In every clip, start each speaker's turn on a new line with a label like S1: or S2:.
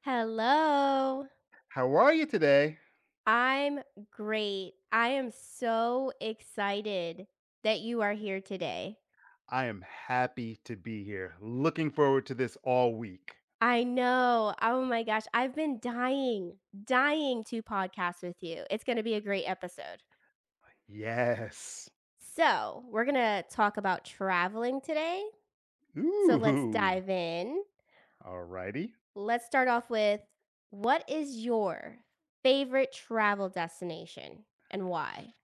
S1: Hello.
S2: How are you today?
S1: I'm great. I am so excited that you are here today.
S2: I am happy to be here. Looking forward to this all week.
S1: I know. Oh my gosh. I've been dying, dying to podcast with you. It's going to be a great episode.
S2: Yes.
S1: So, we're going to talk about traveling today. So, let's
S2: Ooh.
S1: dive in.
S2: Alrighty.
S1: Let's start off with what is your favorite travel destination and why?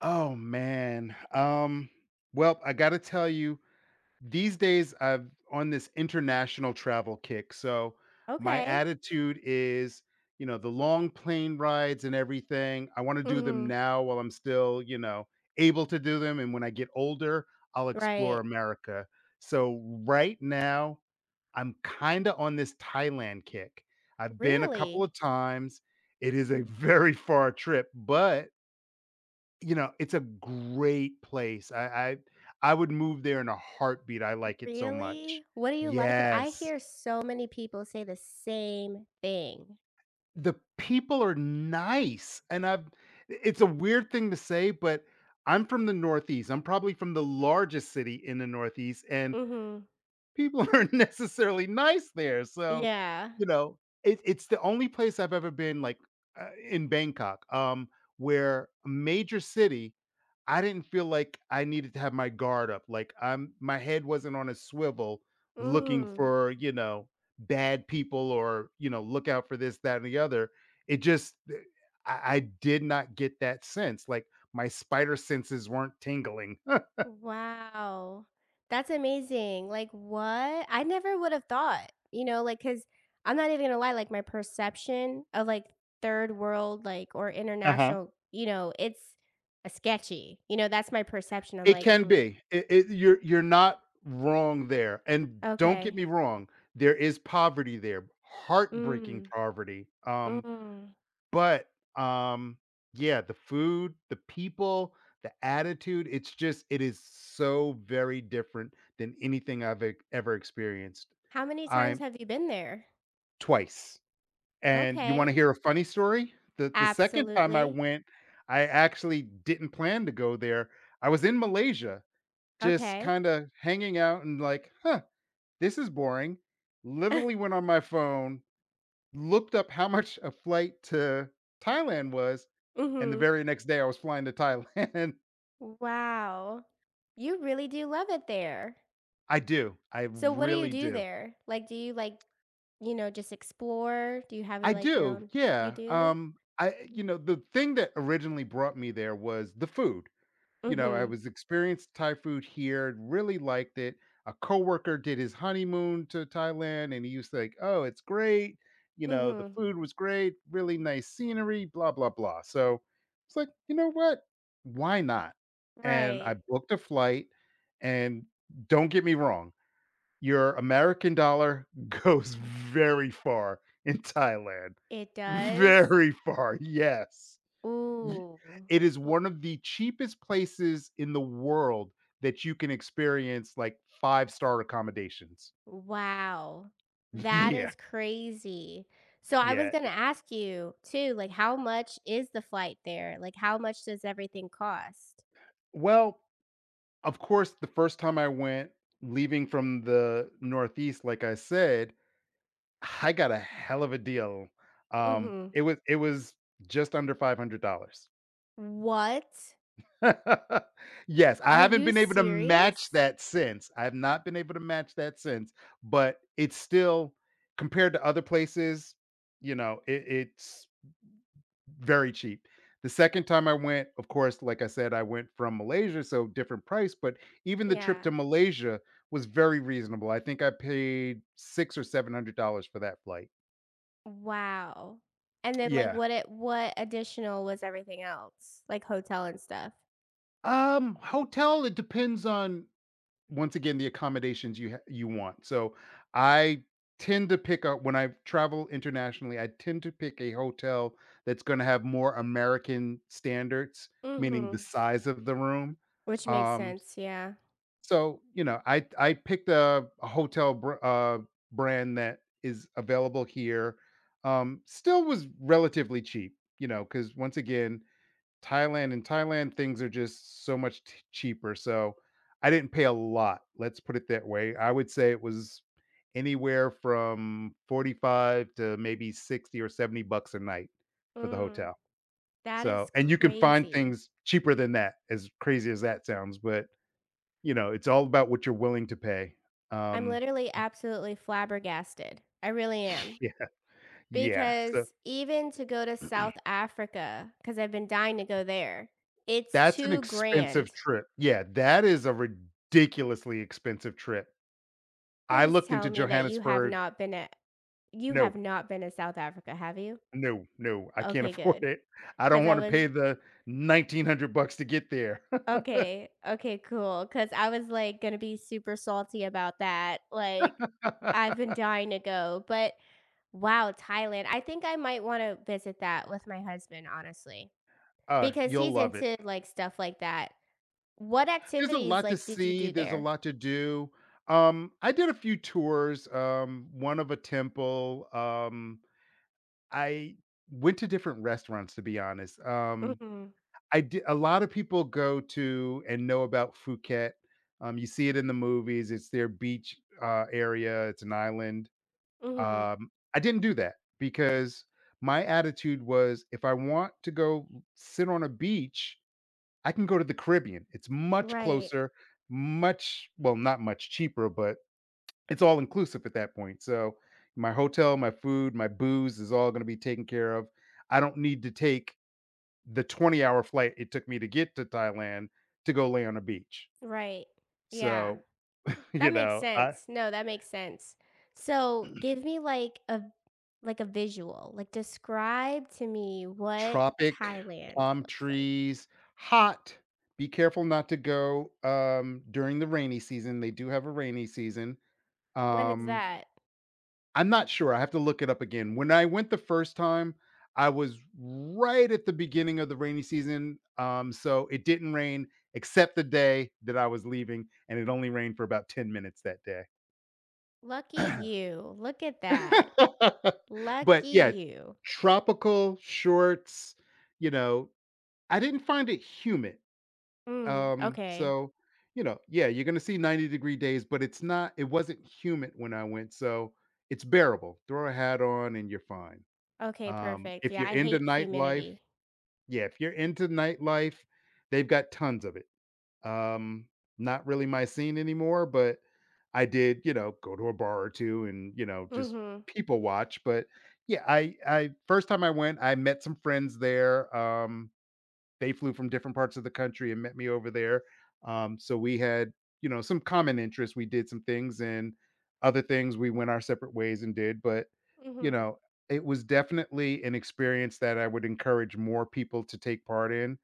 S2: Oh man. Well, I gotta tell you, these days I've on this international travel kick. So my
S1: Okay.
S2: attitude is, the long plane rides and everything. I want to do them
S1: hmm
S2: now while I'm still, able to do them. And when I get older, I'll explore
S1: Right.
S2: America. So right now, I'm kinda on this Thailand kick. I've been a couple
S1: Really?
S2: of times. It is a very far trip, but, you know, it's a great place. I would move there in a heartbeat. I like it so much.
S1: Really? What do you like ab I
S2: Yes.
S1: hear so many people say the same thing.
S2: The people are nice, and I've it's a weird thing to say, but I'm from the Northeast. I'm probably from the largest city in the Northeast, and
S1: Mhm.
S2: people aren't necessarily nice there. So,
S1: Yeah.
S2: you know, it's the only place I've ever been, like in Bangkok, where a major city, I didn't feel like I needed to have my guard up. My head wasn't on a swivel, looking
S1: Mm.
S2: for you know bad people or you know look out for this, that, and the other. It just, I did not get that sense. Like my spider senses weren't tingling.
S1: Wow. That's amazing. Like, what? I never would have thought, you know, like, because 'cause I'm not even gonna lie, like, my perception of, like, third world, like, or
S2: Uh huh.
S1: international, you know, it's a sketchy, you know, that's my perception. I'm
S2: It
S1: like,
S2: can
S1: "Mm,
S2: be. It you're not wrong there, and don't get
S1: okay.
S2: me wrong, there is poverty there, heartbreaking
S1: Mm,
S2: poverty,
S1: mm."
S2: but, um, yeah, the food, the people, the attitude, it's just it is so very different than anything I've e ever experienced.
S1: How many times
S2: I'm
S1: have you been there?
S2: twice, and you wanna
S1: Okay.
S2: hear a funny story? The second time I
S1: Absolutely.
S2: went, I actually didn't plan to go there. I was in Malaysia just
S1: Okay.
S2: kinda hanging out and like, "Huh, this is boring." Literally went on my phone, looked up how much a flight to Thailand was, and the
S1: Mhm.
S2: very next day I was flying to Thailand.
S1: Wow. You really do love it there.
S2: I do, I
S1: So what do you
S2: really
S1: do
S2: do.
S1: there? Like, do you, like, you know, just explore? Do you have your,
S2: I
S1: like, your
S2: do,
S1: own you
S2: yeah,
S1: do?
S2: I you know, the thing that originally brought me there was the food. You know, I
S1: Mhm.
S2: was experienced Thai food here and really liked it. A coworker did his honeymoon to Thailand and he was like, "Oh, it's great. You know, the
S1: Mhm.
S2: food was great, really nice scenery, blah blah blah." So, it's like, "You know what? Why not?" And I
S1: Right.
S2: booked a flight and don't get me wrong, your American dollar goes very far in Thailand.
S1: It does?
S2: Very far. Yes. Y
S1: Ooh.
S2: It is
S1: L.
S2: one of the cheapest places in the world that you can experience, like, five-star accommodations.
S1: Wow. That
S2: Yeah,
S1: is crazy. So I was
S2: yeah.
S1: gonna ask you too, like, how much is the flight there? Like, how much does everything cost?
S2: Well, of course, the first time I went, leaving from the Northeast, like I said, I got a hell of a deal.
S1: Mhm.
S2: It was just under $500.
S1: What?
S2: Yes, I
S1: Are
S2: haven't
S1: you
S2: been able to match
S1: serious?
S2: that since. I have not been able to match that since, but it's still compared to other places, you know, it's very cheap. The second time I went, of course, like I said, I went from Malaysia, so different price, but even the trip
S1: Yeah.
S2: to Malaysia was very reasonable. I think I paid six or seven hundred dollars for that flight.
S1: Wow. And then, like,
S2: Yeah.
S1: what additional was everything else? Like, hotel and stuff?
S2: Hotel, it depends on once again the accommodations you want. So I tend to pick up when I travel internationally, I tend to pick a hotel that's going to have more American standards, meaning the
S1: Mhm.
S2: size of the room.
S1: Which makes
S2: Um,
S1: sense, yeah.
S2: so you know, I picked a hotel brand that is available here. Still was relatively cheap, you know, because once again, Thailand. In Thailand, things are just so much cheaper. So I didn't pay a lot. Let's put it that way. I would say it was anywhere from 45 to maybe 60 or 70 bucks a night for the
S1: Mm,
S2: hotel.
S1: that is
S2: So, and you can find
S1: crazy.
S2: things cheaper than that, as crazy as that sounds, but you know, it's all about what you're willing to pay.
S1: I'm
S2: Um,
S1: literally absolutely flabbergasted. I really am.
S2: yeah, yeah. So
S1: Because even to go to South Africa, because 'cause I've been dying to go there, it's
S2: that's an
S1: 2
S2: expensive
S1: grand.
S2: trip. Yeah, that is a ridiculously expensive trip. I
S1: Please
S2: looked
S1: tell
S2: into
S1: me that
S2: Johannesburg.
S1: you
S2: No,
S1: have not been to South Africa, have you?
S2: no, no, I can't
S1: Okay,
S2: afford
S1: good.
S2: it. I
S1: Cause
S2: don't
S1: I
S2: wanna
S1: was
S2: pay the 1,900 bucks to get there.
S1: okay, okay, cool. Cause I was, like, gonna be super salty about that, like, I've been dying to go, but wow, Thailand, I think I might wanna visit that with my husband, honestly, because
S2: You'll
S1: he's
S2: love it.
S1: into, like, stuff like that. What
S2: There's a
S1: activities,
S2: lot to
S1: like, did you
S2: see,
S1: do
S2: there's a
S1: there?
S2: lot to do. I did a few tours, one of a temple, I went to different restaurants, to be honest.
S1: Mhm,
S2: I did. A lot of people go to and know about Phuket. You see it in the movies, it's their beach, area, it's an island.
S1: mhm.
S2: I didn't do that because my attitude was if I want to go sit on a beach, I can go to the Caribbean. It's much
S1: Right,
S2: closer, much, well, not much cheaper, but it's all inclusive at that point. So my hotel, my food, my booze is all going to be taken care of. I don't need to take the 20-hour flight it took me to get to Thailand to go lay on a beach.
S1: right. Yeah.
S2: So, you
S1: That makes
S2: know, I,
S1: sense. No, that makes sense. So, give me like a visual. Like describe to me what
S2: tropic,
S1: Thailand
S2: palm
S1: looks like.
S2: trees, hot. Be careful not to go, during the rainy season, they do have a rainy season.
S1: When is
S2: Um,
S1: that?
S2: I'm not sure, I have to look it up again. When I went the first time, I was right at the beginning of the rainy season, so it didn't rain except the day that I was leaving, and it only rained for about 10 minutes that day.
S1: Lucky you. Look at that.
S2: But,
S1: Lucky
S2: yeah,
S1: you.
S2: tropical shorts, you know, I didn't find it humid.
S1: Mm, okay.
S2: So, you know, yeah, you're gonna see 90-degree days, but it wasn't humid when I went, so it's bearable. Throw a hat on and you're fine.
S1: Okay, perfect.
S2: If
S1: Yeah,
S2: you're
S1: I
S2: into
S1: hate
S2: nightlife,
S1: humidity.
S2: yeah, if you're into nightlife, they've got tons of it. Um, not really my scene anymore, but I did, you know, go to a bar or two and, you know, just
S1: Mhm.
S2: people watch. But yeah, I first time I went, I met some friends there. They flew from different parts of the country and met me over there. So we had, you know, some common interests. We did some things and other things we went our separate ways and did. But, you
S1: Mhm.
S2: know, it was definitely an experience that I would encourage more people to take part in.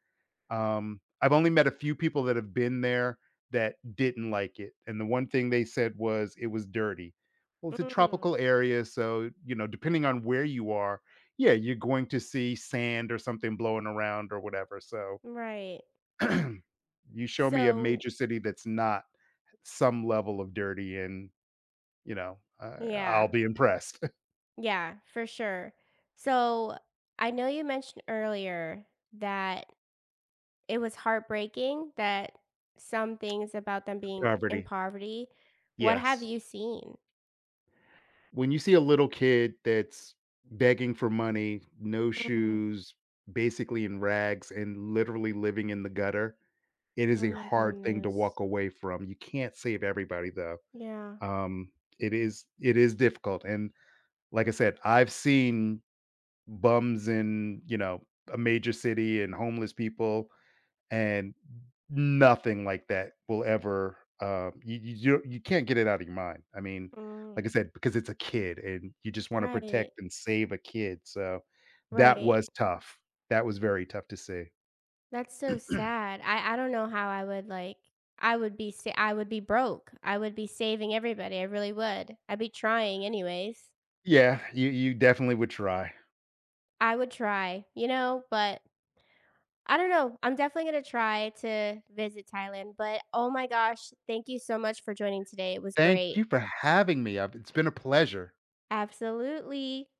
S2: I've only met a few people that have been there that didn't like it, and the one thing they said was it was dirty. Well, it's a
S1: Mm.
S2: tropical area, so, you know, depending on where you are, yeah, you're going to see sand or something blowing around or whatever, so
S1: Right.
S2: you show me a
S1: So,
S2: major city that's not some level of dirty and, you know, I'll
S1: yeah.
S2: be impressed.
S1: Yeah, for sure. So, I know you mentioned earlier that it was heartbreaking that some things about them being in
S2: Poverty,
S1: poverty, what have
S2: yes.
S1: you seen?
S2: When you see a little kid that's begging for money, no
S1: Mhm.
S2: shoes, basically in rags and literally living in the gutter, it is
S1: Oh
S2: a
S1: my
S2: hard thing to
S1: goodness.
S2: walk away from. You can't save everybody though.
S1: Yeah.
S2: Um, it is difficult. And like I said, I've seen bums in, you know, a major city and homeless people and nothing like that will ever you can't get it out of your mind. I mean, like I
S1: Mm.
S2: said, because it's a kid and you just want to
S1: Right.
S2: protect and save a kid. So that
S1: Right.
S2: was tough. That was very tough to see.
S1: That's so sad. I don't know how I would like I would be I would be broke. I would be saving everybody. I really would. I'd be trying anyways.
S2: Yeah, you definitely would try.
S1: I would try, you know, but I don't know. I'm definitely going to try to visit Thailand, but oh my gosh, thank you so much for joining today. It was
S2: Thank
S1: great.
S2: you for having me. It's been a pleasure.
S1: Absolutely.